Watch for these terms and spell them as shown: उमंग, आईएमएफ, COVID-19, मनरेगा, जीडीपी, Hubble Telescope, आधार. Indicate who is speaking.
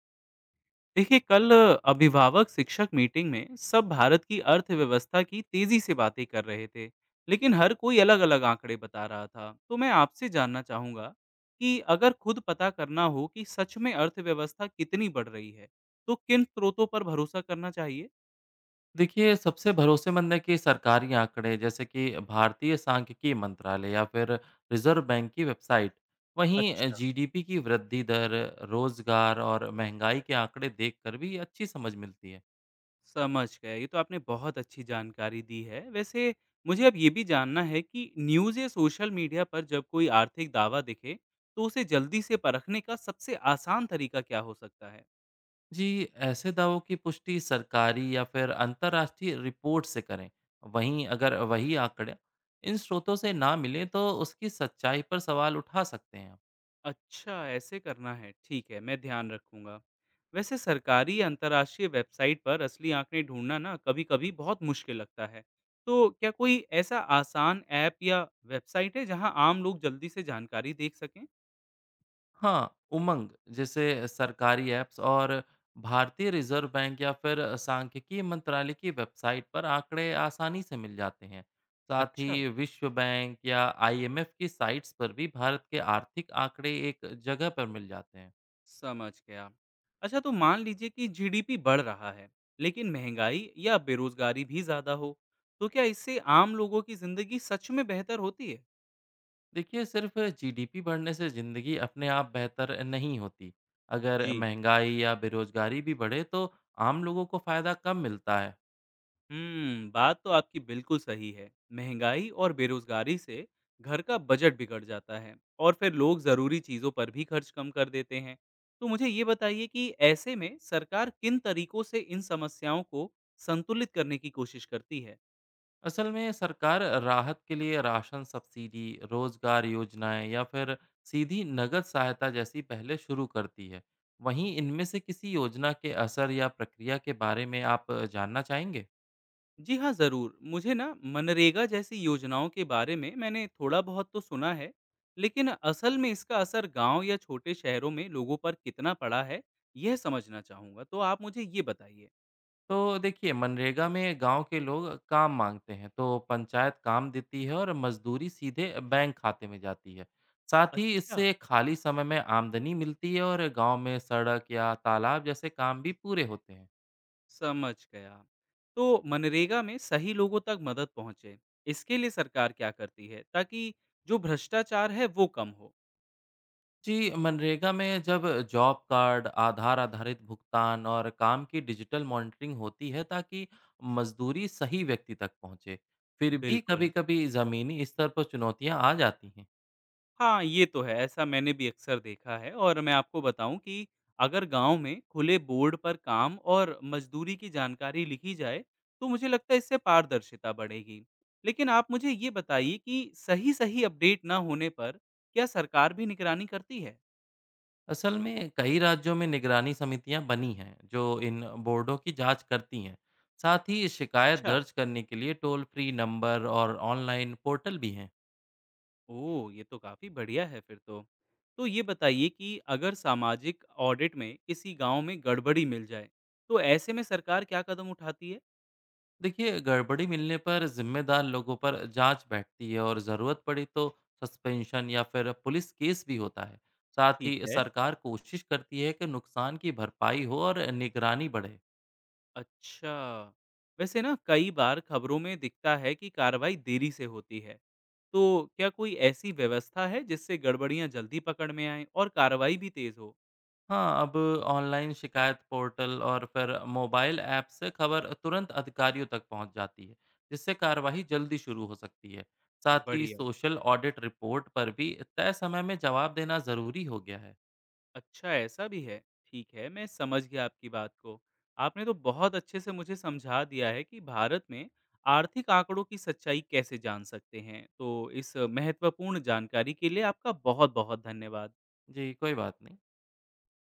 Speaker 1: देखिए कल अभिभावक शिक्षक meeting में सब भारत की अर्थव्यवस्था की तेजी से बातें कर रहे थे लेकिन हर कोई अलग अलग आंकड़े बता रहा था। तो मैं आपसे जानना चाहूंगा कि अगर खुद पता करना हो कि सच में अर्थव्यवस्था कितनी बढ़ रही है तो किन स्रोतों पर भरोसा करना चाहिए।
Speaker 2: देखिए, सबसे भरोसेमंद है कि सरकारी आंकड़े जैसे कि भारतीय सांख्यिकी मंत्रालय या फिर रिज़र्व बैंक की वेबसाइट। वहीं
Speaker 1: अच्छा,
Speaker 2: जीडीपी की वृद्धि दर, रोजगार और महंगाई के आंकड़े देखकर भी अच्छी समझ मिलती है।
Speaker 1: समझ गए। ये तो आपने बहुत अच्छी जानकारी दी है। वैसे मुझे अब ये भी जानना है कि न्यूज़ या सोशल मीडिया पर जब कोई आर्थिक दावा दिखे, तो उसे जल्दी से परखने का सबसे आसान तरीका क्या हो सकता है?
Speaker 2: जी, ऐसे दावों की पुष्टि सरकारी या फिर अंतर्राष्ट्रीय रिपोर्ट से करें। वहीं अगर वही आंकड़े इन स्रोतों से ना मिलें तो उसकी सच्चाई पर सवाल उठा सकते हैं।
Speaker 1: अच्छा, ऐसे करना है। ठीक है, मैं ध्यान रखूँगा। वैसे सरकारी या अंतर्राष्ट्रीय वेबसाइट पर असली आंकड़े ढूँढना ना कभी-कभी बहुत मुश्किल लगता है। तो क्या कोई ऐसा आसान ऐप या वेबसाइट है, जहाँ आम लोग जल्दी से जानकारी देख सकें?
Speaker 2: हाँ, उमंग जैसे सरकारी ऐप्स और भारतीय रिजर्व बैंक या फिर सांख्यिकी मंत्रालय की वेबसाइट पर आंकड़े आसानी से मिल जाते हैं। साथ
Speaker 1: अच्छा।
Speaker 2: ही विश्व बैंक या आईएमएफ की साइट्स पर भी भारत के आर्थिक आंकड़े एक जगह पर मिल जाते हैं।
Speaker 1: समझ गया। अच्छा तो मान लीजिए कि जीडीपी बढ़ रहा है, लेकिन महँगाई या बेरोज़गारी भी ज़्यादा हो, तो क्या इससे आम लोगों की ज़िंदगी सच में बेहतर होती है?
Speaker 2: देखिए, सिर्फ जीडीपी बढ़ने से ज़िंदगी अपने आप बेहतर नहीं होती। अगर
Speaker 1: जी,
Speaker 2: महंगाई या बेरोजगारी भी बढ़े तो आम लोगों को फ़ायदा कम मिलता है।
Speaker 1: हुँ, बात तो आपकी बिल्कुल सही है। महँगाई और बेरोज़गारी से घर का बजट बिगड़ जाता है और फिर लोग ज़रूरी चीज़ों पर भी खर्च कम कर देते हैं। तो मुझे ये बताइए कि ऐसे में सरकार किन तरीकों से इन समस्याओं को संतुलित करने की कोशिश करती है?
Speaker 2: असल में सरकार राहत के लिए राशन सब्सिडी, रोजगार योजनाएं या फिर सीधी नगद सहायता जैसी पहले शुरू करती है। वहीं इनमें से किसी योजना के असर या प्रक्रिया के बारे में आप जानना चाहेंगे?
Speaker 1: जी हाँ, ज़रूर। मुझे ना मनरेगा जैसी योजनाओं के बारे में मैंने थोड़ा बहुत तो सुना है, लेकिन असल में इसका असर गाँव या छोटे शहरों में लोगों पर कितना पड़ा है, यह समझना चाहूँगा। तो आप मुझे ये बताइए।
Speaker 2: तो देखिए, मनरेगा में गांव के लोग काम मांगते हैं, तो पंचायत काम देती है और मजदूरी सीधे बैंक खाते में जाती है। साथ ही
Speaker 1: अच्छा,
Speaker 2: इससे खाली समय में आमदनी मिलती है और गांव में सड़क या तालाब जैसे काम भी पूरे होते हैं।
Speaker 1: समझ गया। तो मनरेगा में सही लोगों तक मदद पहुँचे, इसके लिए सरकार क्या करती है ताकि जो भ्रष्टाचार है, वो कम हो?
Speaker 2: जी, मनरेगा में जब जॉब कार्ड, आधार आधारित भुगतान और काम की डिजिटल मॉनिटरिंग होती है ताकि मजदूरी सही व्यक्ति तक पहुंचे। फिर भी
Speaker 1: बिल्कुल।
Speaker 2: कभी-कभी जमीनी स्तर पर चुनौतियां आ जाती हैं।
Speaker 1: हाँ, ये तो है, ऐसा मैंने भी अक्सर देखा है। और मैं आपको बताऊँ कि अगर गाँव में खुले बोर्ड पर काम और मज़दूरी की जानकारी लिखी जाए, तो मुझे लगता है इससे पारदर्शिता बढ़ेगी। लेकिन आप मुझे ये बताइए कि सही-सही अपडेट ना होने पर क्या सरकार भी निगरानी करती है?
Speaker 2: असल में कई राज्यों में निगरानी समितियां बनी हैं जो इन बोर्डों की जांच करती हैं। साथ ही शिकायत
Speaker 1: अच्छा,
Speaker 2: दर्ज करने के लिए टोल फ्री नंबर और ऑनलाइन पोर्टल भी हैं।
Speaker 1: ओह! ये तो काफ़ी बढ़िया है फिर तो। तो ये बताइए कि अगर सामाजिक ऑडिट में किसी गाँव में गड़बड़ी मिल जाए, तो ऐसे में सरकार क्या कदम उठाती है?
Speaker 2: देखिए, गड़बड़ी मिलने पर जिम्मेदार लोगों पर जांच बैठती है और ज़रूरत पड़ी तो सस्पेंशन या फिर पुलिस केस भी होता है। साथ
Speaker 1: ठीक
Speaker 2: ही
Speaker 1: है।
Speaker 2: सरकार कोशिश करती है कि नुकसान की भरपाई हो और निगरानी बढ़े।
Speaker 1: अच्छा। वैसे ना कई बार खबरों में दिखता है कि कार्रवाई देरी से होती है। तो क्या कोई ऐसी व्यवस्था है जिससे गड़बड़ियाँ जल्दी पकड़ में आएँ और कार्रवाई भी तेज़ हो?
Speaker 2: हाँ, अब ऑनलाइन शिकायत पोर्टल और फिर मोबाइल ऐप से खबर तुरंत अधिकारियों तक पहुंच जाती है, जिससे कार्रवाई जल्दी शुरू हो सकती है। साथ ही
Speaker 1: बढ़िया।
Speaker 2: सोशल ऑडिट रिपोर्ट पर भी तय समय में जवाब देना ज़रूरी हो गया है।
Speaker 1: अच्छा ऐसा भी है। ठीक है, मैं समझ गया आपकी बात को। आपने तो बहुत अच्छे से मुझे समझा दिया है कि भारत में आर्थिक आंकड़ों की सच्चाई कैसे जान सकते हैं। तो इस महत्वपूर्ण जानकारी के लिए आपका बहुत-बहुत धन्यवाद।
Speaker 2: जी, कोई बात नहीं।